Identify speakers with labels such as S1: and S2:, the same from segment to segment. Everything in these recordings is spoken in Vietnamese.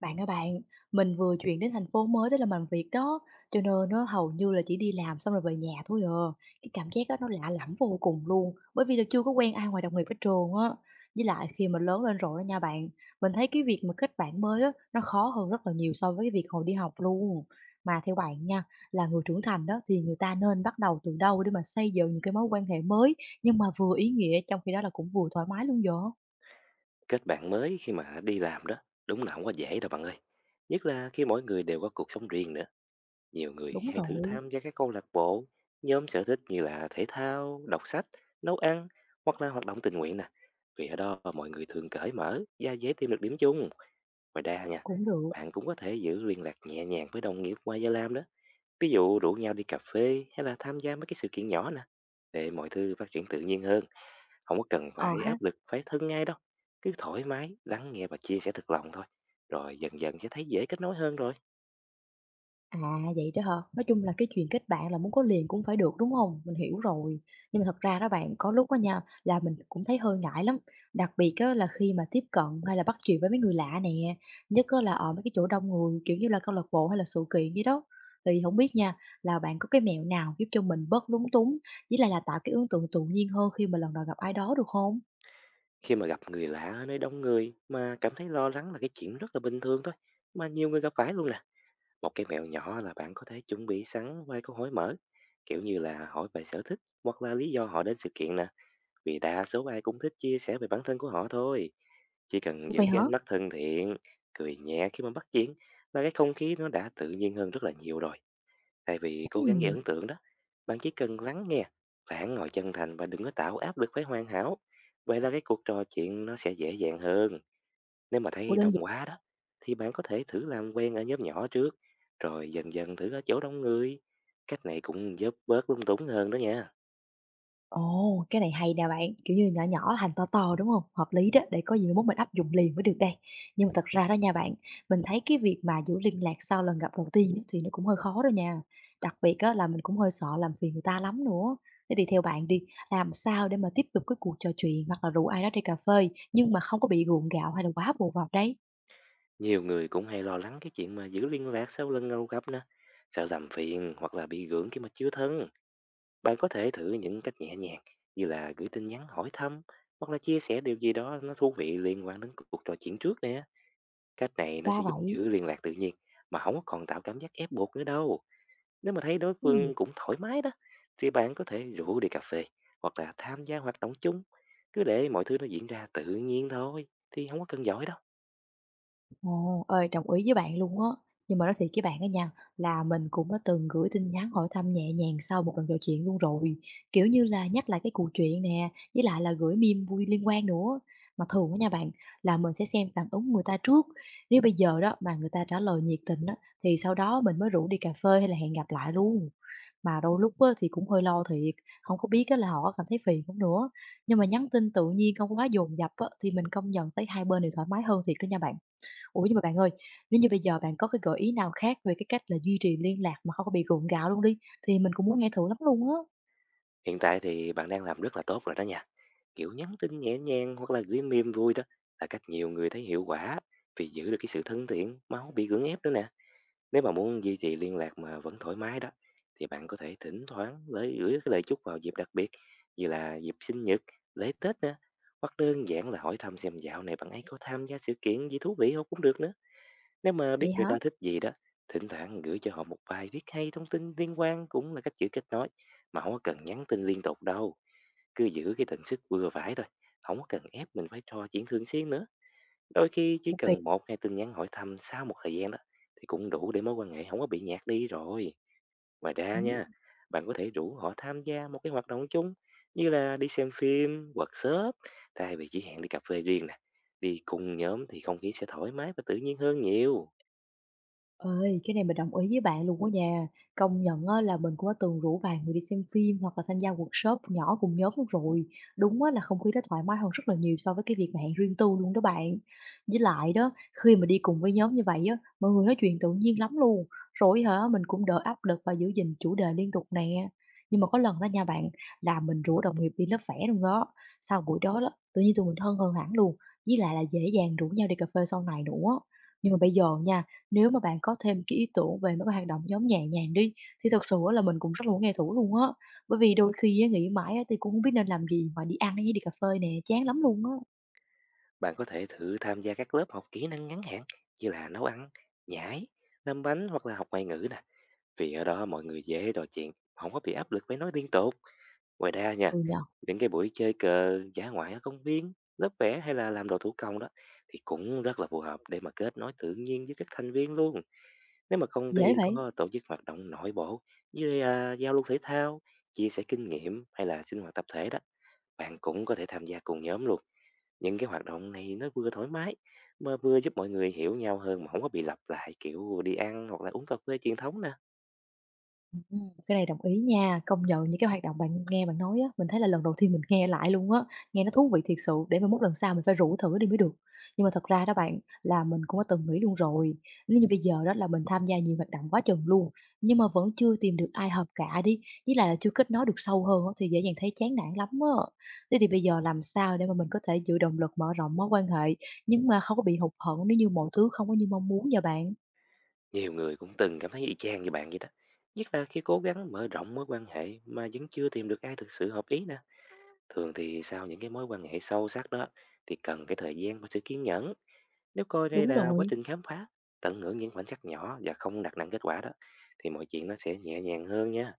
S1: Bạn ơi bạn, mình vừa chuyển đến thành phố mới để làm bằng việc đó, cho nên nó hầu như là chỉ đi làm xong rồi về nhà thôi à. Cái cảm giác đó nó lạ lẫm vô cùng luôn, bởi vì là chưa có quen ai ngoài đồng nghiệp ở trường á. Với lại khi mà lớn lên rồi đó nha bạn, mình thấy cái việc mà kết bạn mới á, nó khó hơn rất là nhiều so với cái việc hồi đi học luôn. Mà theo bạn nha, là người trưởng thành đó thì người ta nên bắt đầu từ đâu để mà xây dựng những cái mối quan hệ mới nhưng mà vừa ý nghĩa trong khi đó là cũng vừa thoải mái luôn vậy?
S2: Kết bạn mới khi mà đi làm đó, đúng là không có dễ đâu bạn ơi. Nhất là khi mỗi người đều có cuộc sống riêng nữa. Nhiều người
S1: Đúng
S2: hay thử
S1: rồi,
S2: tham gia các câu lạc bộ, nhóm sở thích như là thể thao, đọc sách, nấu ăn hoặc là hoạt động tình nguyện nè. Vì ở đó mọi người thường cởi mở và dễ tìm được điểm chung. Ngoài ra nha,
S1: cũng được.
S2: bạn cũng có thể giữ liên lạc nhẹ nhàng với đồng nghiệp ngoài giờ làm đó. Ví dụ rủ nhau đi cà phê hay là tham gia mấy cái sự kiện nhỏ nè. Để mọi thứ phát triển tự nhiên hơn, không có cần
S1: Ờ
S2: phải
S1: ha.
S2: áp lực, phải thân ngay đâu, cứ thoải mái lắng nghe và chia sẻ thật lòng thôi, rồi dần dần sẽ thấy dễ kết nối hơn rồi.
S1: À, vậy đó hả? Nói chung là cái chuyện kết bạn là muốn có liền cũng phải được, đúng không? Mình hiểu rồi. Nhưng mà thật ra đó bạn, có lúc á nha, là mình cũng thấy hơi ngại lắm, đặc biệt á là khi mà tiếp cận hay là bắt chuyện với mấy người lạ nè, nhất á là ở mấy cái chỗ đông người, kiểu như là, câu lạc bộ hay là sự kiện vậy đó. Thì không biết nha, là bạn có cái mẹo nào giúp cho mình bớt lúng túng, với lại là tạo cái ấn tượng tự nhiên hơn khi mà lần đầu gặp ai đó được không?
S2: Khi mà gặp người lạ ở nơi đông người mà cảm thấy lo lắng là cái chuyện rất là bình thường thôi, mà nhiều người gặp phải luôn nè. Một cái mẹo nhỏ là bạn có thể chuẩn bị sẵn vài câu hỏi mở, kiểu như là hỏi về sở thích hoặc là lý do họ đến sự kiện nè, vì đa số ai cũng thích chia sẻ về bản thân của họ thôi. Chỉ cần
S1: Ủa, vậy
S2: giữ
S1: hả?
S2: cái ánh mắt thân thiện, cười nhẹ khi mà bắt chuyện, là cái không khí nó đã tự nhiên hơn rất là nhiều rồi. Thay vì cố gắng gây
S1: Ừm,
S2: ấn tượng đó, bạn chỉ cần lắng nghe, phản ngồi chân thành và đừng có tạo áp lực phải hoàn hảo. Vậy là cái cuộc trò chuyện nó sẽ dễ dàng hơn. Nếu mà
S1: ủa
S2: thấy
S1: đơn
S2: đông quá đó, thì bạn có thể thử làm quen ở nhóm nhỏ trước, rồi dần dần thử ở chỗ đông người. Cách này cũng giúp bớt lung túng hơn đó nha.
S1: Ồ, cái này hay nè bạn, kiểu như, nhỏ nhỏ thành to to, đúng không? Hợp lý đó, để có gì mai mốt mình áp dụng liền mới được đây. Nhưng mà thật ra đó nha bạn, mình thấy cái việc mà giữ liên lạc sau lần gặp đầu tiên á thì nó cũng hơi khó đó nha. Đặc biệt á là mình cũng hơi sợ làm phiền người ta lắm nữa. Thế thì theo bạn đi, làm sao để mà tiếp tục cái cuộc trò chuyện hoặc là rủ ai đó đi cà phê nhưng mà không có bị gượng gạo hay là quá vồ vập đấy?
S2: Nhiều người cũng hay lo lắng cái chuyện mà giữ liên lạc sau lần ngầu gặp nè, sợ làm phiền hoặc là bị gượng khi mà chưa thân. Bạn có thể thử những cách nhẹ nhàng như là gửi tin nhắn hỏi thăm hoặc là chia sẻ điều gì đó nó thú vị liên quan đến cuộc trò chuyện trước nè. Cách này nó
S1: Ra
S2: sẽ giúp
S1: vậy.
S2: giữ liên lạc tự nhiên mà không có còn tạo cảm giác ép buộc nữa đâu. Nếu mà thấy đối
S1: Ừm.
S2: phương cũng thoải mái đó, thì bạn có thể rủ đi cà phê hoặc là tham gia hoạt động chung. Cứ để mọi thứ nó diễn ra tự nhiên thôi, thì không có cần giỏi đâu.
S1: Ồ, ơi, đồng ý với bạn luôn á. Nhưng mà nói thiệt với bạn á nha, là mình cũng đã từng gửi tin nhắn hỏi thăm nhẹ nhàng sau một lần trò chuyện luôn rồi. Kiểu như là nhắc lại cái cuộc chuyện nè, với lại là gửi meme vui liên quan nữa. Mà thường á nha bạn, là mình sẽ xem phản ứng người ta trước. Nếu bây giờ đó mà người ta trả lời nhiệt tình á, thì sau đó mình mới rủ đi cà phê hay là hẹn gặp lại luôn. Mà đôi lúc á, thì cũng hơi lo thiệt, không có biết á, là họ có cảm thấy phiền không nữa. Nhưng mà nhắn tin tự nhiên không quá dồn dập á, thì mình công nhận thấy hai bên đều thoải mái hơn thiệt đó nha bạn. Ủa, nhưng mà bạn ơi, nếu như bây giờ bạn có cái gợi ý nào khác về cái cách là duy trì liên lạc mà không có bị gượng gạo luôn đi, thì mình cũng muốn nghe thử lắm luôn á.
S2: Hiện tại thì bạn đang làm rất là tốt rồi đó nha. Kiểu nhắn tin nhẹ nhàng hoặc là gửi meme vui đó là cách nhiều người thấy hiệu quả, vì giữ được cái sự thân thiện mà không bị gượng ép nữa nè. Nếu mà muốn duy trì liên lạc mà vẫn thoải mái đó, thì bạn có thể thỉnh thoảng lấy gửi cái lời chúc vào dịp đặc biệt như là dịp sinh nhật, lễ Tết nè, hoặc đơn giản là hỏi thăm xem dạo này bạn ấy có tham gia sự kiện gì thú vị không cũng được nữa. Nếu mà biết
S1: Vậy
S2: người
S1: hả?
S2: ta thích gì đó, thỉnh thoảng gửi cho họ một bài viết hay thông tin liên quan cũng là cách giữ kết nối mà không có cần nhắn tin liên tục đâu. Cứ giữ cái tần suất vừa phải thôi, không có cần ép mình phải trò chuyện thường xuyên nữa. Đôi khi chỉ
S1: Ủa, kỳ.
S2: cần một 2 tin nhắn hỏi thăm sau một thời gian đó, thì cũng đủ để mối quan hệ không có bị nhạt đi rồi. Ngoài ra nha, bạn có thể rủ họ tham gia một cái hoạt động chung như là đi xem phim, workshop, thay vì chỉ hẹn đi cà phê riêng nè. Đi cùng nhóm thì không khí sẽ thoải mái và tự nhiên hơn nhiều.
S1: Ơi, cái này mình đồng ý với bạn luôn á nha. Công nhận á, là mình cũng đã từng rủ vài người đi xem phim hoặc là tham gia workshop nhỏ cùng nhóm luôn rồi. Đúng á, là không khí đó thoải mái hơn rất là nhiều so với cái việc mà hẹn riêng tư luôn đó bạn. Với lại đó, khi mà đi cùng với nhóm như vậy á, mọi người nói chuyện tự nhiên lắm luôn. Rồi hả, mình cũng đỡ áp lực và giữ gìn chủ đề liên tục nè. Nhưng mà có lần đó nha bạn, là mình rủ đồng nghiệp đi lớp vẽ luôn đó. Sau buổi đó đó, tự nhiên tụi mình thân hơn hẳn luôn. Với lại là dễ dàng rủ nhau đi cà phê sau này nữa. Nhưng mà bây giờ nha, nếu mà bạn có thêm cái ý tưởng về mấy cái hoạt động giống nhẹ nhàng đi, thì thật sự á là mình cũng rất là muốn nghe thử luôn á. Bởi vì đôi khi á, nghĩ mãi á, thì cũng không biết nên làm gì, mà đi ăn hay đi cà phê nè, chán lắm luôn á.
S2: Bạn có thể thử tham gia các lớp học kỹ năng ngắn hạn như là nấu ăn, nhảy, làm bánh hoặc là học ngoại ngữ nè. Vì ở đó mọi người dễ trò chuyện, không có bị áp lực phải nói liên tục. Ngoài ra
S1: Ừ
S2: nha,
S1: nhỉ,
S2: những cái buổi chơi cờ, dã ngoại ở công viên, lớp vẽ hay là làm đồ thủ công đó, thì cũng rất là phù hợp để mà kết nối tự nhiên với các thành viên luôn. Nếu mà công
S1: dễ
S2: ty
S1: vậy.
S2: có tổ chức hoạt động nội bộ như là giao lưu thể thao, chia sẻ kinh nghiệm hay là sinh hoạt tập thể đó, bạn cũng có thể tham gia cùng nhóm luôn. Những cái hoạt động này nó vừa thoải mái mà vừa giúp mọi người hiểu nhau hơn, mà không có bị lặp lại kiểu đi ăn hoặc là uống cà phê truyền thống nè.
S1: Ừm, cái này đồng ý nha. Công nhận những cái hoạt động bạn nghe bạn nói á, mình thấy là lần đầu tiên mình nghe lại luôn á, nghe nó thú vị thiệt sự, để mà mốt lần sau mình phải rủ thử đi mới được. Nhưng mà thật ra đó bạn, là mình cũng đã từng nghĩ luôn rồi, nếu như bây giờ đó là mình tham gia nhiều hoạt động quá chừng luôn, nhưng mà vẫn chưa tìm được ai hợp cả đi, với lại là chưa kết nối được sâu hơn á, thì dễ dàng thấy chán nản lắm á. Thế thì bây giờ làm sao để mà mình có thể giữ động lực mở rộng mối quan hệ, nhưng mà không có bị hụt hẫng nếu như mọi thứ không có như mong muốn vậy bạn?
S2: Nhiều người cũng từng cảm thấy y chang như bạn vậy đó. Nhất là khi cố gắng mở rộng mối quan hệ mà vẫn chưa tìm được ai thực sự hợp ý nè. Thường thì sau những cái mối quan hệ sâu sắc đó, thì cần cái thời gian và sự kiên nhẫn. Nếu coi đây
S1: Đúng
S2: là quá
S1: rồi,
S2: trình khám phá, tận hưởng những khoảnh khắc nhỏ và không đặt nặng kết quả đó, thì mọi chuyện nó sẽ nhẹ nhàng hơn nha.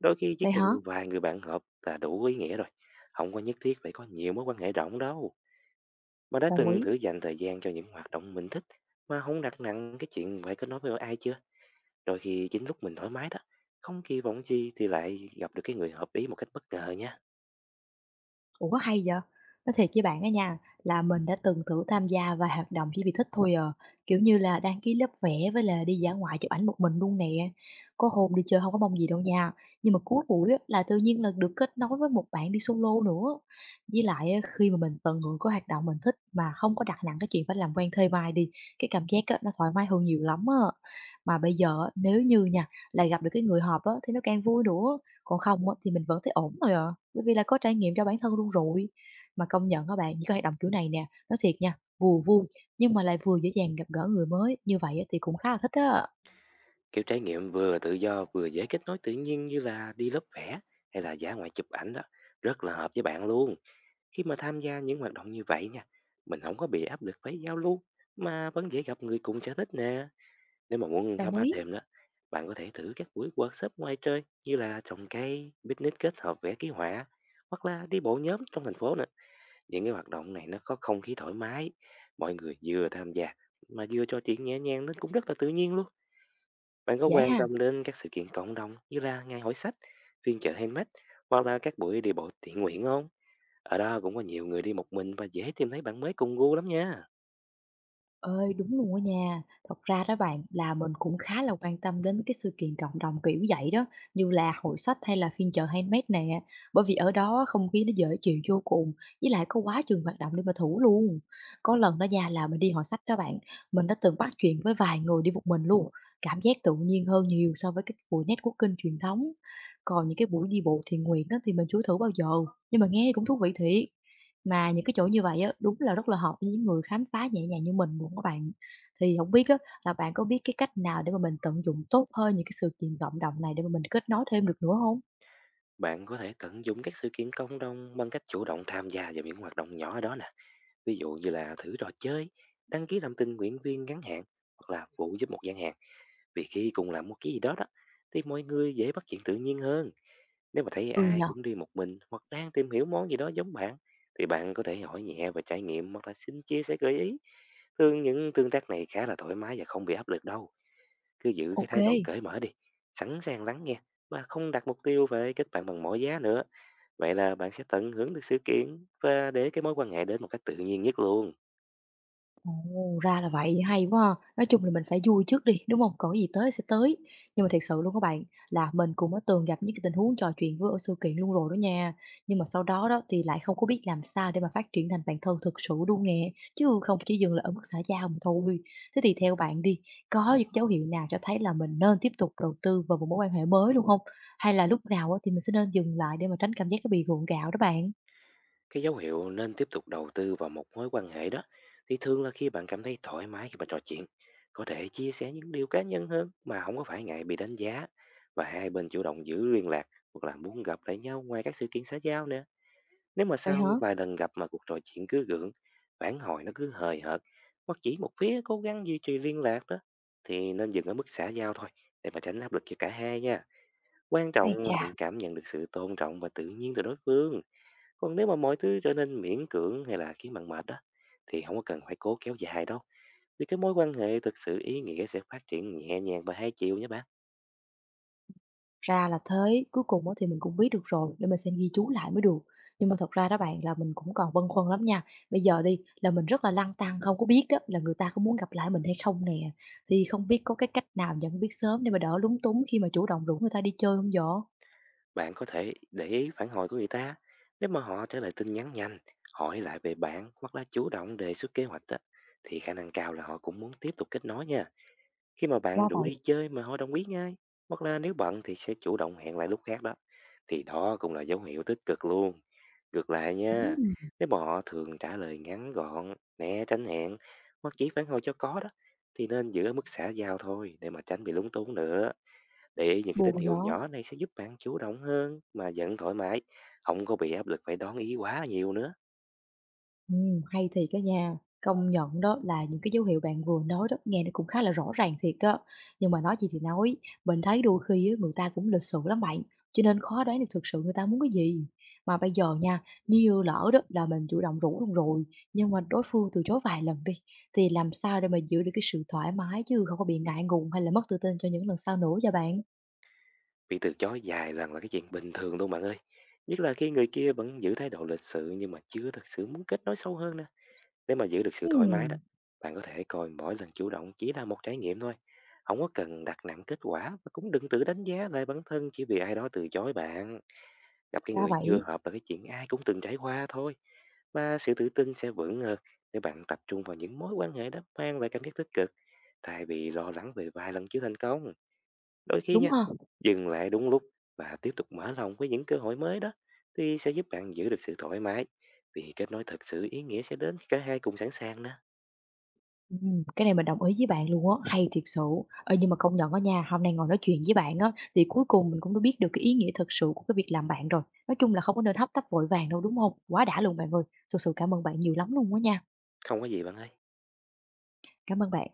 S2: Đôi khi chỉ
S1: vậy
S2: cần
S1: hả?
S2: vài người bạn hợp là đủ ý nghĩa rồi. Không có nhất thiết phải có nhiều mối quan hệ rộng đâu. Mà đã
S1: Đồng
S2: từng
S1: ý.
S2: thử dành thời gian cho những hoạt động mình thích mà không đặt nặng cái chuyện phải kết nối với ai chưa? Đôi khi chính lúc mình thoải mái đó, không kỳ vọng gì, thì lại gặp được cái người hợp ý một cách bất ngờ nha.
S1: Ủa, hay vậy? Nói thiệt với bạn á nha, là mình đã từng thử tham gia vài hoạt động chỉ vì thích thôi à, kiểu như là đăng ký lớp vẽ với là đi dã ngoại chụp ảnh một mình luôn nè. Có hôm đi chơi không có mong gì đâu nha, nhưng mà cuối buổi á, là tự nhiên là được kết nối với một bạn đi solo nữa. Với lại á, khi mà mình tận hưởng cái hoạt động mình thích mà không có đặt nặng cái chuyện phải làm quen thuê mai đi, cái cảm giác á, nó thoải mái hơn nhiều lắm á. Mà bây giờ á, nếu như nha, là gặp được cái người hợp á, thì nó càng vui nữa. Còn không á, thì mình vẫn thấy ổn thôi à, bởi vì là có trải nghiệm cho bản thân luôn rồi. Mà công nhận các bạn, những cái hoạt động kiểu này nè, nói thiệt nha, vừa vui nhưng mà lại vừa dễ dàng gặp gỡ người mới, như vậy á thì cũng khá là thích á.
S2: Kiểu trải nghiệm vừa tự do vừa dễ kết nối tự nhiên như là đi lớp vẽ hay là dã ngoại chụp ảnh đó, rất là hợp với bạn luôn. Khi mà tham gia những hoạt động như vậy nha, mình không có bị áp lực phải giao lưu mà vẫn dễ gặp người cùng sở thích nè. Nếu mà muốn khám
S1: Đồng
S2: phá
S1: ý,
S2: thêm đó, bạn có thể thử các buổi workshop ngoài trời như là trồng cây, picnic kết hợp vẽ ký họa, hoặc là đi bộ nhóm trong thành phố nữa. Những cái hoạt động này nó có không khí thoải mái, mọi người vừa tham gia mà vừa trò chuyện nhẹ nhàng, nên cũng rất là tự nhiên luôn. Bạn có
S1: dễ
S2: quan
S1: ha.
S2: tâm đến các sự kiện cộng đồng như là ngày hội sách, phiên chợ handmade hoặc là các buổi đi bộ thiện nguyện không? Ở đó cũng có nhiều người đi một mình và dễ tìm thấy bạn mới cùng gu lắm nha.
S1: Ơi, đúng luôn á nha. Thật ra đó bạn, là mình cũng khá là quan tâm đến cái sự kiện cộng đồng kiểu vậy đó, như là hội sách hay là phiên chợ handmade nè, bởi vì ở đó không khí nó dễ chịu vô cùng, với lại có quá chừng hoạt động để mà thử luôn. Có lần đó nha là mình đi hội sách đó bạn, mình đã từng bắt chuyện với vài người đi một mình luôn, cảm giác tự nhiên hơn nhiều so với cái buổi networking truyền thống. Còn những cái buổi đi bộ thiện nguyện á, thì mình chưa thử bao giờ, nhưng mà nghe cũng thú vị thiệt. Mà những cái chỗ như vậy á, đúng là rất là hợp với những người khám phá nhẹ nhàng như mình luôn các bạn. Thì không biết á là bạn có biết cái cách nào để mà mình tận dụng tốt hơn những cái sự kiện cộng đồng này để mà mình kết nối thêm được nữa không?
S2: Bạn có thể tận dụng các sự kiện cộng đồng bằng cách chủ động tham gia vào những hoạt động nhỏ ở đó nè. Ví dụ như là thử trò chơi, đăng ký làm tình nguyện viên ngắn hạn hoặc là phụ giúp một gian hàng. Vì khi cùng làm một cái gì đó đó, thì mọi người dễ bắt chuyện tự nhiên hơn. Nếu mà thấy
S1: Ừ
S2: ai
S1: nhờ.
S2: cũng đi một mình hoặc đang tìm hiểu món gì đó giống bạn, thì bạn có thể hỏi nhẹ và trải nghiệm hoặc là xin chia sẻ gợi ý. Thường những tương tác này khá là thoải mái và không bị áp lực đâu. Cứ giữ cái thái độ
S1: OK.
S2: cởi mở đi, sẵn sàng lắng nghe và không đặt mục tiêu về kết bạn bằng mọi giá nữa. Vậy là bạn sẽ tận hưởng được sự kiện và để cái mối quan hệ đến một cách tự nhiên nhất luôn.
S1: Ồ, ra là vậy, hay quá ha. Nói chung là mình phải vui trước đi, đúng không? Còn cái gì tới sẽ tới. Nhưng mà thật sự luôn các bạn, là mình cũng đã từng gặp những cái tình huống trò chuyện với ở sự kiện luôn rồi đó nha. Nhưng mà sau đó đó thì lại không có biết làm sao để mà phát triển thành bản thân thực sự luôn nè, chứ không chỉ dừng lại ở mức xã giao mà thôi. Thế thì theo bạn đi, có những dấu hiệu nào cho thấy là mình nên tiếp tục đầu tư vào một mối quan hệ mới luôn không? Hay là lúc nào á thì mình sẽ nên dừng lại để mà tránh cảm giác nó bị gượng gạo đó bạn?
S2: Cái dấu hiệu nên tiếp tục đầu tư vào một mối quan hệ đó, thì thường là khi bạn cảm thấy thoải mái khi mà trò chuyện, có thể chia sẻ những điều cá nhân hơn mà không có phải ngại bị đánh giá, và hai bên chủ động giữ liên lạc hoặc là muốn gặp lại nhau ngoài các sự kiện xã giao nữa. Nếu mà
S1: Vậy hả?
S2: sau vài lần gặp mà cuộc trò chuyện cứ gượng, phản hồi nó cứ hời hợt, hoặc chỉ một phía cố gắng duy trì liên lạc đó, thì nên dừng ở mức xã giao thôi, để mà tránh áp lực cho cả hai nha. Quan
S1: Ái
S2: trọng là
S1: chà!
S2: bạn cảm nhận được sự tôn trọng và tự nhiên từ đối phương. Còn nếu mà mọi thứ trở nên miễn cưỡng hay là khiến bạn mệt đó, thì không có cần phải cố kéo dài đâu. Vì cái mối quan hệ thực sự ý nghĩa sẽ phát triển nhẹ nhàng và hai chiều nhé bạn.
S1: Ra là thế, cuối cùng á thì mình cũng biết được rồi, để mình sẽ ghi chú lại mới được. Nhưng mà thật ra đó bạn là mình cũng còn băn khoăn lắm nha. Bây giờ đi là mình rất là lăn tăn, không có biết đó là người ta có muốn gặp lại mình hay không nè. Thì không biết có cái cách nào nhận biết sớm để mà đỡ lúng túng khi mà chủ động rủ người ta đi chơi không vậy?
S2: Bạn có thể để ý phản hồi của người ta. Nếu mà họ trả lời tin nhắn nhanh, hỏi lại về bạn hoặc là chủ động đề xuất kế hoạch á, thì khả năng cao là họ cũng muốn tiếp tục kết nối nha. Khi mà bạn
S1: Ra
S2: rủ
S1: vậy,
S2: đi chơi mà họ đồng ý ngay, hoặc là nếu bận thì sẽ chủ động hẹn lại lúc khác đó, thì đó cũng là dấu hiệu tích cực luôn. Ngược lại nha,
S1: ừm,
S2: nếu mà họ thường trả lời ngắn gọn, né tránh hẹn hoặc chỉ phản hồi cho có đó, thì nên giữ ở mức xã giao thôi, để mà tránh bị lúng túng nữa. Để ý những cái
S1: buồn
S2: tín hiệu
S1: vậy?
S2: nhỏ này sẽ giúp bạn chủ động hơn mà vẫn thoải mái, không có bị áp lực phải đón ý quá nhiều nữa.
S1: Hay thiệt á nha. Công nhận đó là những cái dấu hiệu bạn vừa nói đó, nghe nó cũng khá là rõ ràng thiệt á. Nhưng mà nói gì thì nói, mình thấy đôi khi á, người ta cũng lịch sự lắm bạn, cho nên khó đoán được thực sự người ta muốn cái gì. Mà bây giờ nha, nếu như lỡ đó là mình chủ động rủ luôn rồi, nhưng mà đối phương từ chối vài lần đi, thì làm sao để mà giữ được cái sự thoải mái chứ không có bị ngại ngùng hay là mất tự tin cho những lần sau nữa cho bạn?
S2: Bị từ chối dài lần là cái chuyện bình thường luôn bạn ơi. Nhất là khi người kia vẫn giữ thái độ lịch sự, nhưng mà chưa thật sự muốn kết nối sâu hơn nè. Nếu mà giữ được sự thoải
S1: Ừm,
S2: mái đó, bạn có thể coi mỗi lần chủ động chỉ là một trải nghiệm thôi. Không có cần đặt nặng kết quả, và cũng đừng tự đánh giá lại bản thân chỉ vì ai đó từ chối bạn. Gặp cái
S1: ra
S2: người chưa
S1: vậy,
S2: hợp là cái chuyện ai cũng từng trải qua thôi. Và sự tự tin sẽ vững hơn nếu bạn tập trung vào những mối quan hệ đó mang lại cảm giác tích cực, thay vì lo lắng về vài lần chưa thành công. Đôi khi
S1: đúng
S2: nha,
S1: ha.
S2: dừng lại đúng lúc và tiếp tục mở lòng với những cơ hội mới đó, thì sẽ giúp bạn giữ được sự thoải mái, vì kết nối thật sự ý nghĩa sẽ đến khi cả hai cùng sẵn sàng nè.
S1: Cái này mình đồng ý với bạn luôn á, hay thiệt sự. Ê, nhưng mà công nhận á nha, hôm nay ngồi nói chuyện với bạn á, thì cuối cùng mình cũng đã biết được cái ý nghĩa thật sự của cái việc làm bạn rồi. Nói chung là không có nên hấp tấp vội vàng đâu, đúng không? Quá đã luôn bạn ơi, thực sự cảm ơn bạn nhiều lắm luôn á nha.
S2: Không có gì bạn ơi.
S1: Cảm ơn bạn.